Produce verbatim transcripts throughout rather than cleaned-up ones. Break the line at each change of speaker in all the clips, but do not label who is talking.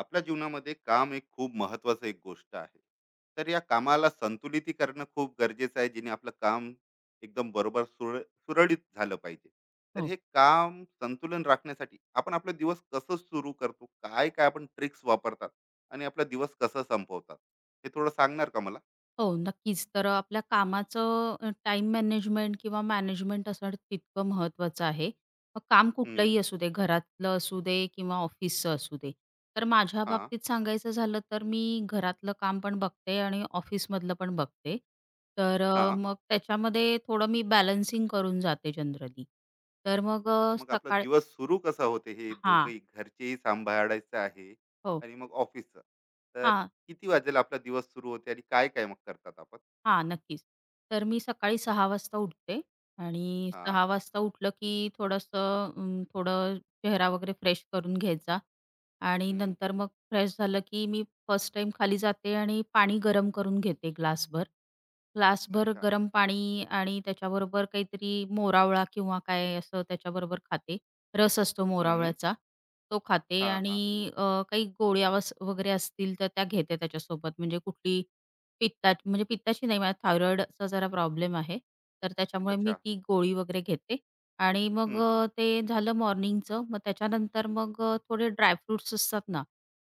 आपल्या जीवनामध्ये काम एक खूप महत्वाचं एक गोष्ट आहे. तर या कामाला संतुलित करणं खूप गरजेचं आहे, जेणे आपलं काम एकदम बरोबर सुर सुरळीत झालं पाहिजे. तर
हो.
हे काम संतुलन राखण्यासाठी आपण आपला दिवस कसं सुरू करतो, काय काय आपण ट्रिक्स वापरतात आणि आपला दिवस कसं संपवतात, हे थोडं सांगणार का मला?
हो, नक्कीच. तर अ, आपल्या कामाचं अ, टाईम मॅनेजमेंट किंवा मॅनेजमेंट असणं तितकं महत्त्वाचं आहे. मग काम
हम्म.
कुठलंही असू दे, घरातलं असू दे किंवा ऑफिसचं असू दे. तर माझ्या
हा.
बाबतीत सांगायचं झालं तर मी घरातलं काम पण बघते आणि ऑफिसमधलं पण बघते. तर
हा.
अ, मग त्याच्यामध्ये थोडं मी बॅलन्सिंग करून जाते जनरली. तर मग
अच्छा,
अ,
तर मग आपला
सकाळी
दिवस सुरू कसा होते, हे
हां.
दोघंही घरचेही सांभाळायचं आहे
हो.
आणि मग ऑफिसचं. तर
हां.
किती वाजेला आपला दिवस सुरू होते आणि काय काय मग करतात आपण?
हां, नक्कीच. तर मी सकाळी सहा वाजता उठते आणि
हां.
सहा वाजता उठलं की थोडंसं अं, थोडं चेहरा वगैरे फ्रेश करून घ्यायचा आणि
हं.
नंतर मग फ्रेश झालं की मी फर्स्ट टाइम खाली जाते आणि पाणी गरम करून घेते ग्लासभर. ग्लासभर
अच्छा.
गरम पाणी आणि त्याच्याबरोबर काहीतरी मोरावळा किंवा काय असं त्याच्याबरोबर खाते. रस असतो
हं.
मोरावळ्याचा, तो खाते
हां, हां.
आणि अ, काही गोळ्या वस वगैरे असतील तर त्या घेते त्याच्यासोबत. म्हणजे कुठली पित्ता म्हणजे पित्ताची नाही, मला थायरॉइडचा जरा प्रॉब्लेम आहे. तर त्याच्यामुळे मी
अच्छा.
ती गोळी वगैरे घेते आणि मग
हं, हं.
अ, ते झालं मॉर्निंगचं. मग त्याच्यानंतर मग अ, थोडे ड्रायफ्रुट्स असतात ना,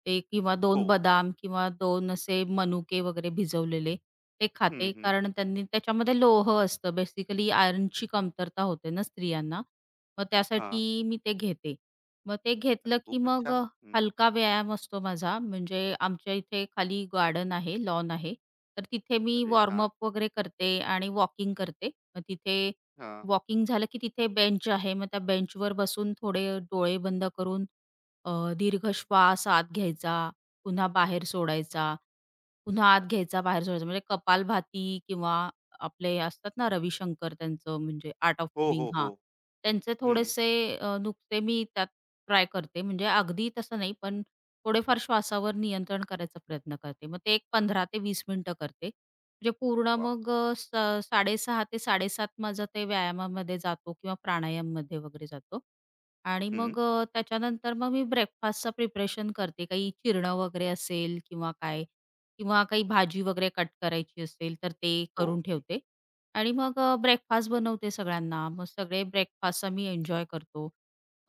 ते किंवा
हो.
दोन बदाम किंवा दोन असे मनुके वगैरे भिजवलेले ते खाते.
हं, हं.
कारण त्यांनी त्याच्यामध्ये लोह असतं. बेसिकली आयर्नची कमतरता होते ना स्त्रियांना. मग
हां.
त्यासाठी मी ते घेते. मग ते
अरे
घेतलं की
खूपच
मग
छान. हं.
हलका व्यायाम असतो माझा. म्हणजे आमच्या इथे खाली गार्डन आहे, लॉन आहे. तर तिथे मी
अरे हां,
वॉर्मअप वगैरे करते आणि वॉकिंग करते. मग तिथे
हां.
वॉकिंग झालं की तिथे बेंच आहे. मग त्या बेंचवर बसून थोडे डोळे बंद करून अ, दीर्घ श्वास आत घ्यायचा, पुन्हा बाहेर सोडायचा, पुन्हा आत
अरे
घ्यायचा, बाहेर सोडायचा. म्हणजे कपालभाती किंवा आपले असतात ना रविशंकर त्यांचं म्हणजे आर्ट ऑफ
हो,
लिव्हिंग
हो,
हां.
हो.
त्यांचे
हं.
थोडेसे अ, नुकते मी त्यात ट्राय करते. म्हणजे अगदी तसं नाही, पण थोडेफार श्वासावर नियंत्रण करायचा प्रयत्न करते. मग ते एक पंधरा ते वीस मिनिटं करते. म्हणजे पूर्ण
वाह!
मग अ, स साडेसहा ते साडेसात माझं ते व्यायामामध्ये जातो किंवा प्राणायाममध्ये वगैरे जातो. आणि
हं.
मग अ, त्याच्यानंतर मग मी ब्रेकफास्टचं प्रिपरेशन करते. काही चिरणं वगैरे असेल किंवा काय किंवा काही भाजी वगैरे कट करायची असेल, तर ते
हो,
करून
की
ठेवते. आणि मग ब्रेकफास्ट बनवते सगळ्यांना. मग सगळे ब्रेकफास्ट आम्ही एन्जॉय करतो.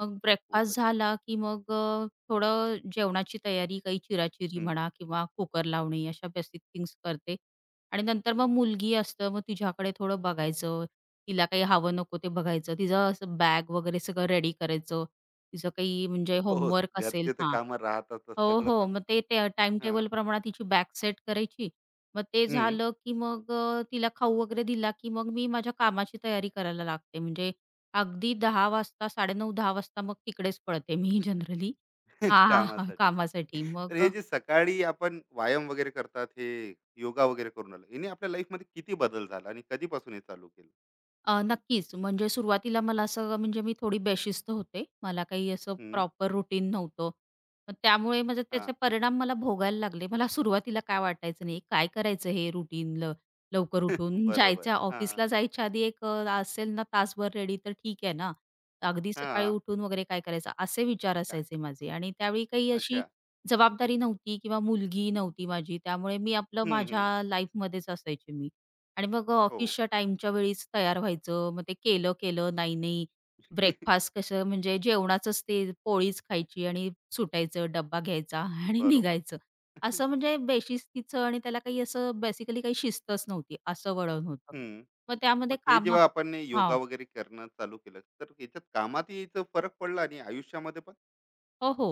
मग ब्रेकफास्ट
खूपच छान.
झाला, की मग अ, थोडं जेवणाची तयारी, काही चिराचिरी
हं,
म्हणा किंवा कुकर लावणे अशा बेसिक थिंग्स करते. आणि नंतर मग
हं.
मुलगी असतं, मग तिच्याकडे थोडं बघायचं. तिला काही हवं नको ते बघायचं. तिचं असं बॅग वगैरे सगळं रेडी करायचं. तिचं काही म्हणजे
हो,
होमवर्क असेल
घरचे तर
हां.
कामं राहतातच
हो,
सगळंच
हो.
आपलं.
मग ते ते टाईम
हां.
टेबलप्रमाणे तिची बॅच सेट करायची. मग ते झालं, की मग अ, तिला खाऊ वगैरे दिला, की मग मी माझ्या कामाची तयारी करायला लागते. म्हणजे अगदी दहा वाजता नऊ तीस दहा वाजता मग तिकडेच पळते मी जनरली हां, हां, हां,
कामासाठी.
कामासाठी.
तर
मग
हे जे सकाळी आपण व्यायाम वगैरे करतात, हे योगा वगैरे करून आलं. याने आपल्या लाईफमध्ये किती बदल झाला आणि कधीपासून हे चालू केलं?
अ, नक्कीच. म्हणजे सुरुवातीला मला असं म्हणजे मी थोडी बेशिस्त होते. मला काही असं
हं,
प्रॉपर रुटीन नव्हतं. मग त्यामुळे म्हणजे
हां.
त्याचे परिणाम मला भोगायला लागले. मला सुरुवातीला काय वाटायचं नाही, काय करायचं हे रुटीन लवकर उठून
बरोबर.
जायच्या
हां,
ऑफिसला जायच्या आधी एक अ, असेल ना तासभर रेडी तर ठीक आहे ना. अगदी सकाळी
हां.
उठून वगैरे काय करायचं असे विचार
काय?
असायचे माझे आणि त्यावेळी काही अशी
अच्छा.
जबाबदारी नव्हती किंवा मुलगी नव्हती माझी. त्यामुळे मी आपलं
हं, हं.
माझ्या लाईफमध्येच असायचे मी. आणि मग
हो.
ऑफिसच्या टाईमच्या वेळीच तयार व्हायचं. मग ते केलं, केलं, नाही, नाही. ब्रेकफास्ट कसं म्हणजे जेवणाचंच ते पोळीच खायची आणि सुटायचं, डब्बा घ्यायचा आणि
बरोबर.
निघायचं. असं म्हणजे बेशिस्तीचं आणि त्याला काही असं बेसिकली काही शिस्तच नव्हती, असं वळण होतं.
हं.
मग
मग
त्यामध्ये
हे
कामं
जेव्हा आपण हे
हां.
योगा वगैरे करणं चालू केलं, तर याच्यात कामातही याचा फरक पडला आणि आयुष्यामध्ये पण?
हो, हो.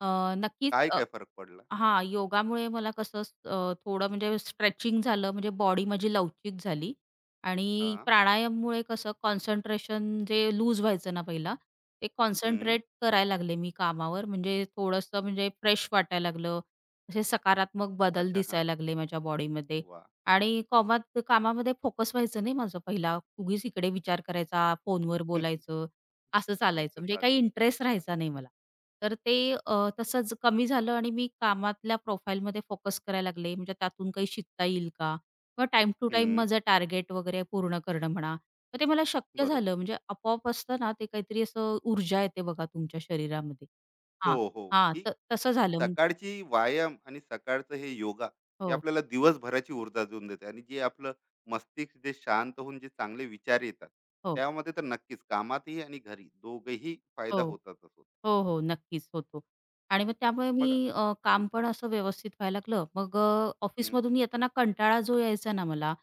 अ, नक्कीच
काय-काय फरक पडला?
हां, योगामुळे मला कसं स- अ, थोडं म्हणजे स्ट्रेचिंग झालं, म्हणजे बॉडी माझी लवचिक झाली आणि
हां.
प्राणायाममुळे कसं कॉन्सन्ट्रेशन जे लूज व्हायचं ना पहिला, ते
हं.
कॉन्सन्ट्रेट करायला लागले मी कामावर. म्हणजे थोडंसं म्हणजे फ्रेश वाटायला लागलं. असे सकारात्मक बदल
अच्छा. हां.
दिसायला लागले माझ्या बॉडीमध्ये
वाह!
आणि कामात कामामध्ये फोकस व्हायचं नाही माझं पहिला. उगीच इकडे विचार करायचा, फोनवर बोलायचं असं
ते
चालायचं.
तर
म्हणजे काही
चालूच.
इंटरेस्ट
हां.
राहायचा नाही मला. तर ते अ, तसंच कमी झालं आणि मी कामातल्या प्रोफाईलमध्ये फोकस करायला लागले. म्हणजे त्यातून काही शिकता येईल का? किंवा टाईम टू टाइम माझं टार्गेट वगैरे पूर्ण करणं म्हणा. मग ते मला शक्य
बरोबर.
झालं. म्हणजे आपोआप असतं ना, ते काहीतरी असं ऊर्जा येते बघा तुमच्या शरीरामध्ये.
हो,
हां,
हो.
हां.
की
त तसं झालं. म्हण
सकाळची व्यायाम आणि सकाळचं हे योगा, हे
हो,
आपल्याला दिवसभराची ऊर्जा देऊन देते आणि जे आपलं मस्तिष्क जे शांत होऊन जे चांगले विचार येतात,
हो,
त्यामध्ये तर नक्कीच कामातही आणि घरी दोघेही फायदा
हो.
होताच होतो.
हो, हो. नक्कीच होतो. आणि मग त्यामुळे
बघा.
मी अ, काम पण असं व्यवस्थित व्हायला लागलं. मग अ,
हं,
ऑफिसमधून येताना कंटाळा जो यायचा ना मला,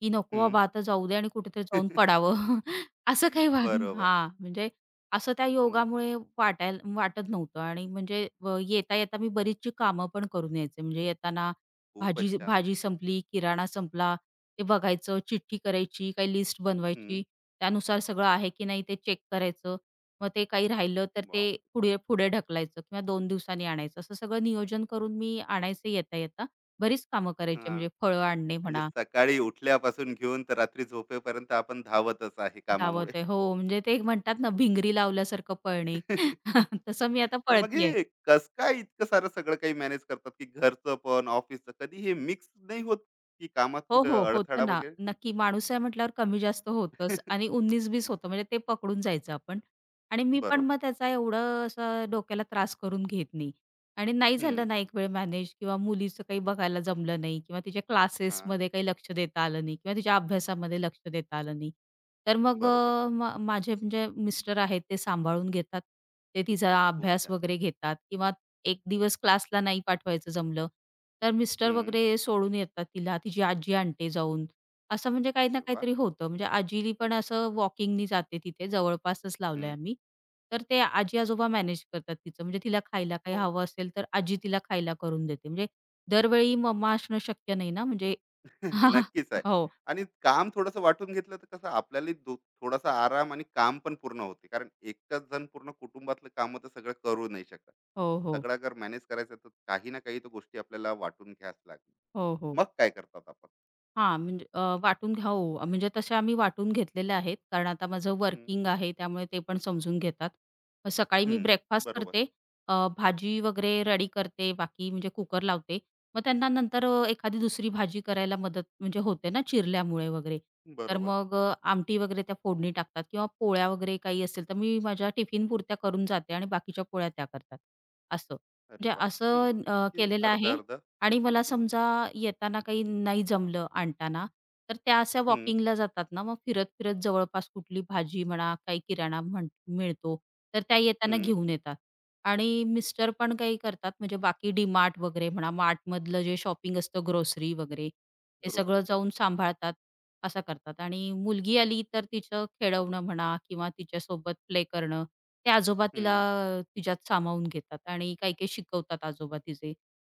की नको
हं.
बाबा आता जाऊ दे आणि कुठेतरी जाऊन पडावं. असं काही व्हा
बरोबर.
हां, म्हणजे असं त्या
हं.
योगामुळे वाटायला वाटत नव्हतं आणि म्हणजे अ, येता-येता मी बरीचशी कामं पण करून यायचे. म्हणजे येताना
खूपच
भाजी
छान.
भाजी संपली, किराणा संपला, ते बघायचं, चिठ्ठी करायची, काही लिस्ट
हं.
बनवायची. त्यानुसार सगळं आहे की नाही ते चेक करायचं. मग ते काही राहिलं तर ते
बापरे!
पुढे पुढे ढकलायचं किंवा दोन दिवसांनी आणायचं. असं सगळं नियोजन करून मी आणायचे येता-येता. बरीच कामं करायची
हां.
म्हणजे फळं आणणे
म्हणजे
म्हणा,
सकाळी उठल्यापासून घेऊन तर रात्री झोपेपर्यंत आपण धावतच आहे
धावत
कामामुळे.
आहे हो, म्हणजे ते म्हणतात ना भिंगरी लावल्यासारखं पळणे. तसं मी आता
तर मग
पळतीये.
हे कसं काय इतकं सारं सगळं काही मॅनेज करतात, की घरचं पण, ऑफिसचं? कधी हे मिक्स नाही होत, की कामात
हो,
कुठे
हो. होतं
अडथळा
ना.
वगैरे?
नक्की माणूस आहे म्हटल्यावर कमी जास्त होतंच आणि उन्नीस वीस होतं म्हणजे ते पकडून जायचं आपण आणि मी पण
बरोबर.
मग त्याचा एवढं असं डोक्याला त्रास करून घेत नाही आणि नाही
हं.
झालं ना एक वेळ मॅनेज किंवा मुलीचं काही बघायला जमलं नाही किंवा तिच्या
हां.
क्लासेसमध्ये काही लक्ष देता आलं नाही किंवा तिच्या अभ्यासामध्ये लक्ष देता आलं नाही. तर मग
बरोबर.
अ, मा माझे म्हणजे मिस्टर आहेत ते सांभाळून घेतात. ते तिचा
खूप
अभ्यास
छान.
वगैरे घेतात किंवा एक दिवस क्लासला नाही पाठवायचं जमलं, तर मिस्टर
हं.
वगैरे सोडून येतात तिला. तिची आजी आणते जाऊन. असं म्हणजे काही ना
अरे वाह!
काहीतरी होतं. म्हणजे आजीला पण असं वॉकिंगनी जाते तिथे जवळपासच लावलंय
हं.
आम्ही. तर ते आजी-आजोबा मॅनेज करतात तिचं. म्हणजे तिला खायला काही
हो.
हवं असेल, तर आजी तिला खायला करून देते. म्हणजे दरवेळी मम्मा असणं शक्य नाही ना म्हणजे
नक्कीच आहे.
हो,
आणि काम थोडंसं वाटून घेतलं तर कसं आपल्यालाही दो थोडासा आराम आणि काम पण पूर्ण होते. कारण एकटाच जण पूर्ण कुटुंबातलं कामं तर सगळं करू नाही शकत.
हो, हो.
सगळं जर मॅनेज करायचं तर काही ना काही तर गोष्टी आपल्याला वाटून घ्याच लागणार.
हो, हो.
मग काय करतात आपण?
हां, म्हणजे अ, वाटून घ्या हो, म्हणजे तशा आम्ही वाटून घेतलेल्या आहेत. कारण आता माझं
हम्म,
वर्किंग आहे, त्यामुळे ते पण समजून घेतात. मग सकाळी मी
हम्म,
ब्रेकफास्ट
बरोबर.
करते, अ, भाजी वगैरे रेडी करते, बाकी म्हणजे कुकर लावते. मग त्यांना नंतर अ, एखादी दुसरी भाजी करायला मदत म्हणजे होते ना चिरल्यामुळे वगैरे. तर
बरोबर.
मग अ, आमटी वगैरे त्या फोडणी टाकतात किंवा पोळ्या वगैरे काही असेल, तर मी माझ्या टिफिनपुरत्या करून जाते आणि बाकीच्या पोळ्या त्या करतात, असं.
अरे
म्हणजे
वा. हम्म,
असं अ,
की
केलेलं
अर्धा
आहे
अर्धा.
आणि मला समजा येताना काही नाही जमलं आणताना, तर त्या अशा वॉकिंगला जातात ना, मग फिरत-फिरत जवळपास कुठली भाजी म्हणा, काही किराणा म्हण मिळतो, तर त्या येताना घेऊन येतात. आणि मिस्टर पण काही करतात म्हणजे बाकी डी-मार्ट वगैरे म्हणा, मार्टमधलं जे शॉपिंग असतं ग्रोसरी वगैरे, ते सगळं
ग्रोसरीज
जाऊन
वगैरे.
सांभाळतात, असं करतात. आणि मुलगी आली तर तिचं खेळवणं म्हणा किंवा तिच्यासोबत प्ले करणं, ते आजोबा
हम्म,
तिला तिच्यात सामावून घेतात आणि काही-काही शिकवतात आजोबा तिचे.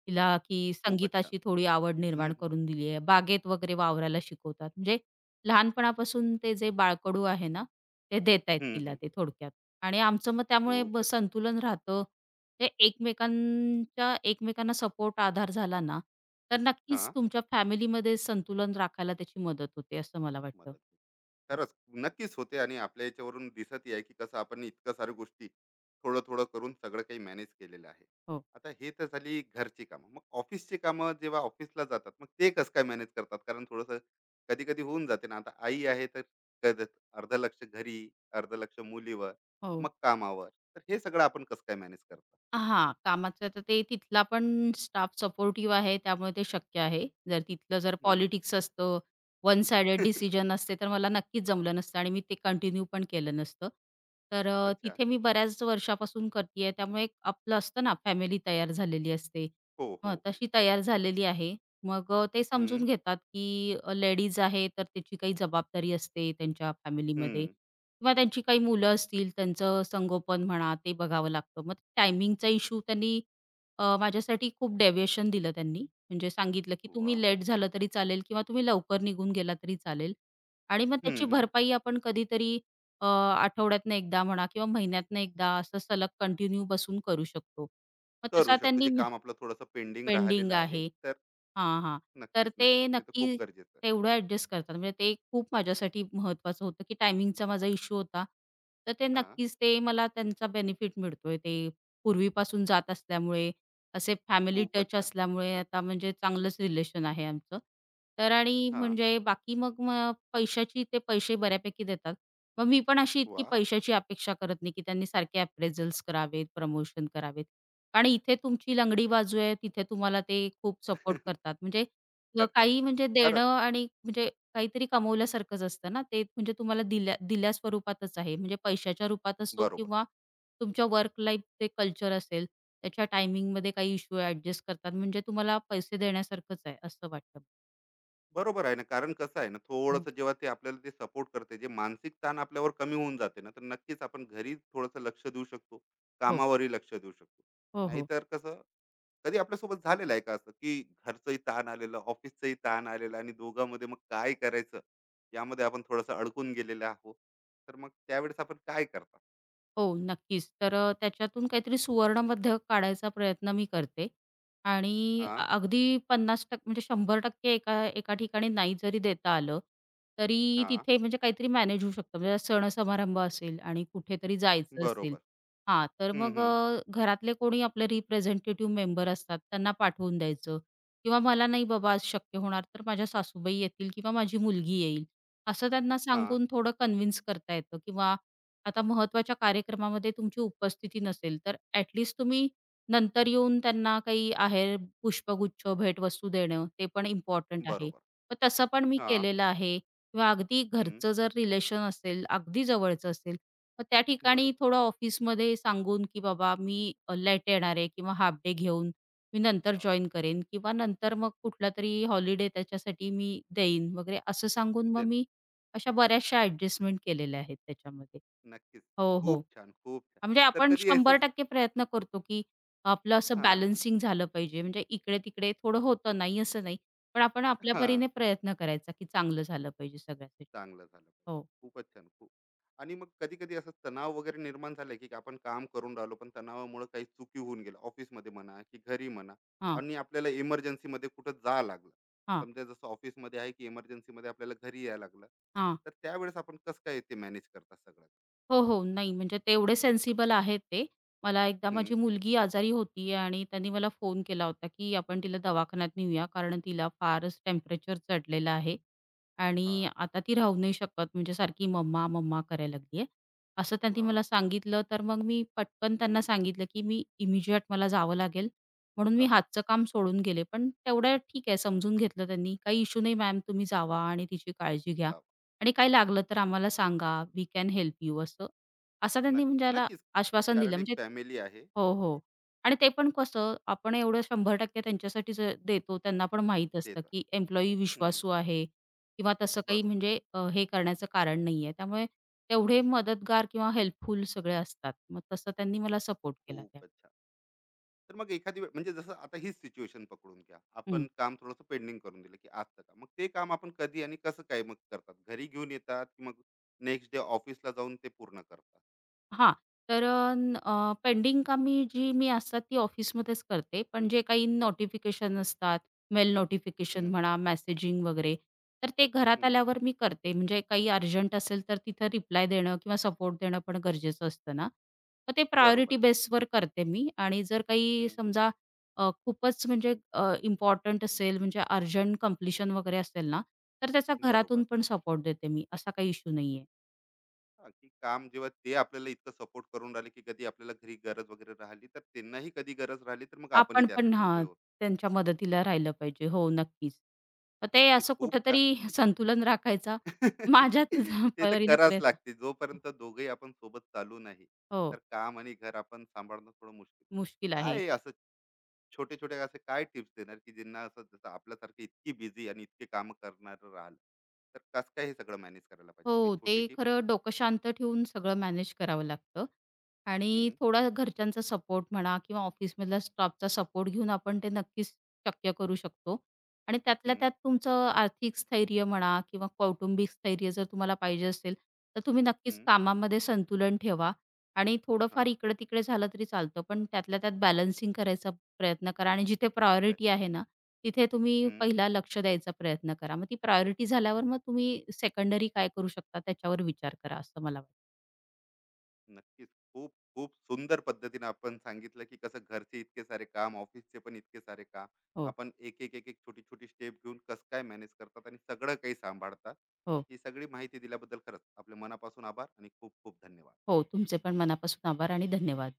तिला की
खूपच छान.
संगीताची थोडी आवड
हम्म,
निर्माण करून दिली आहे. बागेत वगैरे वावरायला शिकवतात. म्हणजे लहानपणापासून ते जे बाळकडू आहे ना, ते देत आहेत
हम्म,
तिला
हम्म,
ते थोडक्यात. आणि आमचं मग त्यामुळे ब
खूपच.
संतुलन राहतं. ते एकमेकांच्या एकमेकांना सपोर्ट आधार झाला ना, तर
हा.
नक्कीच तुमच्या फॅमिलीमध्ये संतुलन राखायला त्याची मदत होते असं मला वाटतं.
मदत होईल.
हो,
खरंच नक्कीच होते आणि आपल्या याच्यावरून दिसत आहे की कसं आपण इतकं साऱ्या गोष्टी थोडं थोडं करून सगळं काही मॅनेज केलेलं आहे.
हो.
आता हे तर झाली घरची कामं. मग ऑफिसची कामं जेव्हा ऑफिसला जातात मग ते कसं काय मॅनेज करतात? कारण थोडंसं कधी कधी होऊन जाते ना. आता आई आहे तर कधी-, अर्ध लक्ष घरी, अर्ध लक्ष मुलीवर,
हो.
मग कामावर, तर हे सगळं आपण कसं काय मॅनेज करतात?
हां, कामाचं तर ते तिथला पण स्टाफ सपोर्टिव्ह आहे, त्यामुळे ते शक्य आहे. जर तिथलं जर
हम्म.
पॉलिटिक्स असतं, वन साइडेड डिसिजन असते, तर मला नक्कीच जमलं नसतं आणि मी ते कंटिन्यू पण केलं नसतं. तर अ,
अच्छा.
तिथे मी बऱ्याच वर्षापासून करतीये, त्यामुळे एक आपलं असतं ना फॅमिली तयार झालेली असते.
हो, हो,
हं,
हो.
तशी तयार झालेली आहे. मग अ, ते समजून
हम्म.
घेतात, की लेडीज आहे, तर त्याची काही जबाबदारी असते त्यांच्या फॅमिलीमध्ये.
हम्म.
किंवा त्यांची काही मुलं असतील, त्यांचं संगोपन म्हणा, ते बघावं लागतं. मग टायमिंगचा इश्यू त्यांनी अ, माझ्यासाठी खूप डेव्हिएशन दिलं त्यांनी. म्हणजे सांगितलं, की
वा.
तुम्ही लेट झालं तरी चालेल किंवा तुम्ही लवकर निघून गेला तरी चालेल. आणि मग
हम्म.
त्याची
हम्म.
भरपाई आपण कधीतरी अ, आठवड्यातनं एकदा म्हणा किंवा महिन्यातनं एकदा असं सलग कंटिन्यू बसून करू शकतो. मग
करू
तसा
शकतो.
त्यांनी
जे
मला
काम आपलं थोडंसं पेंडिंग
पेंडिंग
राहिलेलं आहे,
आहे.
तर
हां, हां. तर
नक्कीच,
ते
नक्कीच. ते तर
नक्की
खूप गरजेचं आहे.
तेवढं ॲडजस्ट करतात. म्हणजे ते खूप माझ्यासाठी महत्त्वाचं होतं, की टायमिंगचा माझा इश्यू होता. तर ते
हां,
नक्कीच ते मला त्यांचा बेनिफिट मिळतोय. ते पूर्वीपासून जात असल्यामुळे, असे फॅमिली
खूपच
टच
अच्छा.
असल्यामुळे आता म्हणजे चांगलंच रिलेशन आहे आमचं. तर आणि
हां,
म्हणजे बाकी मग मग पैशाची ते पैसे बऱ्यापैकी देतात. मग मी पण अशी इतकी
वाह!
पैशाची अपेक्षा करत नाही, की त्यांनी सारखे अप्रेझल्स करावेत, प्रमोशन करावेत. आणि इथे तुमची लंगडी बाजू आहे, तिथे तुम्हाला ते खूप सपोर्ट करतात. म्हणजे अ,
करतात.
काही म्हणजे देणं
खरंच,
आणि म्हणजे काहीतरी कमवल्यासारखंच असतं ना, ते म्हणजे तुम्हाला दिल्या दिल्या स्वरूपातच आहे. म्हणजे पैशाच्या रूपात असो
बरोबर.
किंवा तुमच्या वर्क लाईफ ते कल्चर असेल, त्याच्या टायमिंगमध्ये काही इश्यू ॲडजस्ट करतात. म्हणजे तुम्हाला पैसे देण्यासारखंच आहे असं वाटतं.
बरोबर आहे ना. कारण कसं आहे ना,
हो,
थोडंसं जेव्हा ते आपल्याला ते सपोर्ट करते, जे मानसिक ताण आपल्यावर कमी होऊन जाते ना, तर नक्कीच आपण घरी थोडंसं लक्ष देऊ शकतो,
हो,
कामावरही लक्ष देऊ शकतो.
हो, हो.
नाहीतर कसं, कधी आपल्यासोबत झालेलं आहे का असं, की घरचंही ताण आलेलं, ऑफिसचंही ताण आलेलं आणि दोघांमध्ये मग काय करायचं, यामध्ये आपण थोडंसं अडकून गेलेलो आहोत. तर मग त्यावेळेस आपण काय करता?
हो, नक्कीच. तर अ, त्याच्यातून काहीतरी सुवर्णमध्य काढायचा प्रयत्न मी करते आणि अ,
हां,
अगदी पन्नास टक्के म्हणजे शंभर टक्के एका एका ठिकाणी नाही जरी देता आलं, तरी
हां,
तिथे म्हणजे काहीतरी मॅनेज होऊ शकतं. म्हणजे सण-समारंभ असेल आणि कुठेतरी जायचं असेल
बरोबर.
हां, तर
हं,
मग
हं.
अ, घरातले कोणी आपले रिप्रेझेंटेटिव्ह मेंबर असतात त्यांना पाठवून द्यायचं किंवा मला नाही बाबा आज शक्य होणार, तर माझ्या सासूबाई येतील किंवा माझी मुलगी येईल, असं त्यांना
हां,
सांगून थोडं कन्विन्स करता येतं किंवा आता महत्त्वाच्या कार्यक्रमामध्ये तुमची उपस्थिती नसेल, तर ॲटलीस्ट तुम्ही नंतर येऊन त्यांना काही आहेर, पुष्पगुच्छ, भेटवस्तू देणं ते पण इम्पॉर्टंट आहे.
बरोबर.
मग तसं पण मी
हां,
केलेलं आहे किंवा अगदी
हं,
घरचं जर रिलेशन असेल, अगदी जवळचं असेल, मग त्या ठिकाणी
बरोबर.
थोडं ऑफिसमध्ये सांगून, की "बाबा मी लेट येणार आहे किंवा हाल्फ डे घेऊन मी नंतर
हां,
जॉइन करेन किंवा नंतर मग कुठलातरी हॉलिडे त्याच्यासाठी मी देईन" वगैरे असं सांगून
दे
मग
ना.
मी अशा बऱ्याचशा ॲडजस्टमेंट केलेल्या आहेत त्याच्यामध्ये.
नक्कीच.
हो, हो.
खूप छान, खूप छान.
म्हणजे
तर
आपण
कधी असं,
शंभर टक्के प्रयत्न करतो, की आपलं असं
हां,
बॅलन्सिंग झालं पाहिजे. म्हणजे इकडे-तिकडे थोडं होतं, नाही असं नाही. पण आपण आपल्या
हां.
परीने प्रयत्न करायचा, की चांगलं झालं पाहिजे सगळ्यासाठी.
चांगलं झालं.
हो.
पाहिजे. खूपच छान, खूप. आणि मग कधी-कधी असं तणाव वगैरे निर्माण झालं, की आपण काम करून राहिलो, पण तणावामुळे काही चुकी होऊन गेल्या, ऑफिसमध्ये म्हणा की घरी म्हणा,
हां,
आणि आपल्याला इमर्जन्सीमध्ये कुठं जावं लागलं.
हां,
समजा जसं ऑफिसमध्ये आहे, की इमर्जन्सीमध्ये आपल्याला घरी यायला लागलं.
हां.
तर त्यावेळेस आपण कसं काय ते मॅनेज करता सगळं?
हो, हो. नाही म्हणजे तेवढे सेन्सिबल आहेत ते. मला एकदा
हं,
माझी मुलगी आजारी होती आणि त्यांनी मला फोन केला होता, की आपण तिला दवाखान्यात नेऊया कारण तिला फारच टेम्परेचर चढलेलं आहे आणि
हां,
आता ती राहू नाही शकत म्हणजे सारखी मम्मा, मम्मा करायला लागली आहे. असं त्यांनी
हां.
मला सांगितलं तर मग मी पटकन त्यांना सांगितलं, की मी इमिजिएट मला जावं लागेल म्हणून मी
जाऊ.
हातचं
हं,
काम सोडून गेले. पण तेवढं ठीक आहे समजून घेतलं त्यांनी. काही इश्यू नाही मॅम तुम्ही जावा आणि तिची काळजी घ्या.
जाऊ.
आणि काही लागलं तर आम्हाला सांगा, वी कॅन हेल्प यू असं. असं त्यांनी
नक्की,
म्हणजे याला
नक्कीच.
आश्वासन दिलं
कारण एक
म्हणजे
फॅमिली आहे.
हो, हो. आणि ते पण कसं आपण एवढं शंभर टक्के त्यांच्यासाठीच अ, देतो त्यांना पण माहीत असतं,
देतात.
की एम्प्लॉयी
हं,
विश्वासू आहे किंवा तसं काही
बरोबर.
म्हणजे अ, हे करण्याचं कारण नाहीये. त्यामुळे तेवढे मदतगार किंवा हेल्पफुल सगळे असतात. मग तसं त्यांनी मला सपोर्ट केला
खूप
त्यावेळी.
अच्छा. तर मग एखादी वेळ म्हणजे जसं आता हीच सिच्युएशन पकडून घ्या. आपण काम थोडंसं पेंडिंग करून दिलं, की आजचं काम. मग ते काम आपण कधी आणि कसं काय मग करतात? घरी घेऊन येतात, की मग नेक्स्ट डे ऑफिसला जाऊन ते पूर्ण करतात?
हां. तर अ, न अ, पेंडिंग कामे जी मी असतात ती ऑफिसमध्येच करते. पण जे काही नोटिफिकेशन असतात, मेल नोटिफिकेशन
हं,
म्हणा, मेसेजिंग वगैरे, तर ते घरात
हं.
आल्यावर मी करते. म्हणजे काही अर्जंट असेल तर तिथं रिप्लाय देणं किंवा सपोर्ट देणं पण गरजेचं असतं ना. मग ते
बरोबर
प्रायोरिटी
आहे.
बेसवर करते मी आणि जर काही
हं,
समजा अ, खूपच म्हणजे इम्पॉर्टंट असेल म्हणजे अर्जंट कंप्लीशन वगैरे असेल ना, तर त्याचा
बरोबर.
घरातून पण सपोर्ट देते मी. असा काही इश्यू नाहीये.
हां, की काम जेव्हा ते आपल्याला इतकं सपोर्ट करून राहिले, की कधी आपल्याला घरी गरज वगैरे राहिली, तर त्यांनाही कधी गरज राहिली, तर मग आपणही
आपण पण
त्यासाठी उभे
हां,
होतो.
त्यांच्या मदतीला राहिलं पाहिजे. हो, नक्कीच. मग ते
नक्कीच
असं
खूप छान.
कुठेतरी संतुलन राखायचा माझ्या तुझ्या
ते तर
परीने
करावंच
प्रयत्न
लागते. जोपर्यंत दोघंही आपण सोबत चालू नाही,
हो,
तर काम आणि घर आपण सांभाळणं थोडं मुश्किल.
मुश्किल
काय
आहे.
आहे असं छोटे छोटे असे काय टिप्स देणार, की ज्यांना असं जसं आपल्यासारखे इतकी बिझी आणि इतके काम करणार राहिलं, तर कसं काय हे सगळं मॅनेज करायला पाहिजे?
हो,
काही
ते
छोटी टिप्स?
खरं डोकं शांत ठेवून सगळं मॅनेज करावं लागतं आणि
हम्म.
थोडा घरच्यांचा सपोर्ट म्हणा किंवा ऑफिसमधल्या स्टाफचा सपोर्ट घेऊन आपण ते नक्कीच शक्य करू शकतो आणि त्यातल्या
हम्म.
त्यात तुमचं आर्थिक स्थैर्य म्हणा किंवा कौटुंबिक स्थैर्य जर तुम्हाला पाहिजे असेल, तर तुम्ही नक्कीच
हम्म.
कामामध्ये संतुलन ठेवा आणि थोडंफार
हा.
इकडे-तिकडे झालं तरी चालतं, पण त्यातल्या त्यात बॅलन्सिंग करायचा प्रयत्न करा आणि जिथे प्रायोरिटी
प्रयत्न.
आहे ना, तिथे तुम्ही पहिला लक्ष द्यायचा प्रयत्न करा. मग ती प्रायोरिटी झाल्यावर मग तुम्ही सेकंडरी काय करू शकता त्याच्यावर विचार करा असं मला वाटतं.
नक्कीच. खूप, खूप सुंदर पद्धतीने आपण सांगितलं, की कसं घरचे इतके सारे काम, ऑफिसचे पण इतके सारे काम.
हो,
आपण एक, एक, एक, एक छोटी-छोटी स्टेप घेऊन कसं काय मॅनेज करतात आणि सगळं काही सांभाळतात.
हो.
ही सगळी माहिती दिल्याबद्दल खरंच आपल्या मनापासून आभार आणि खूप खूप धन्यवाद.
हो, तुमचे पण मनापासून आभार आणि धन्यवाद.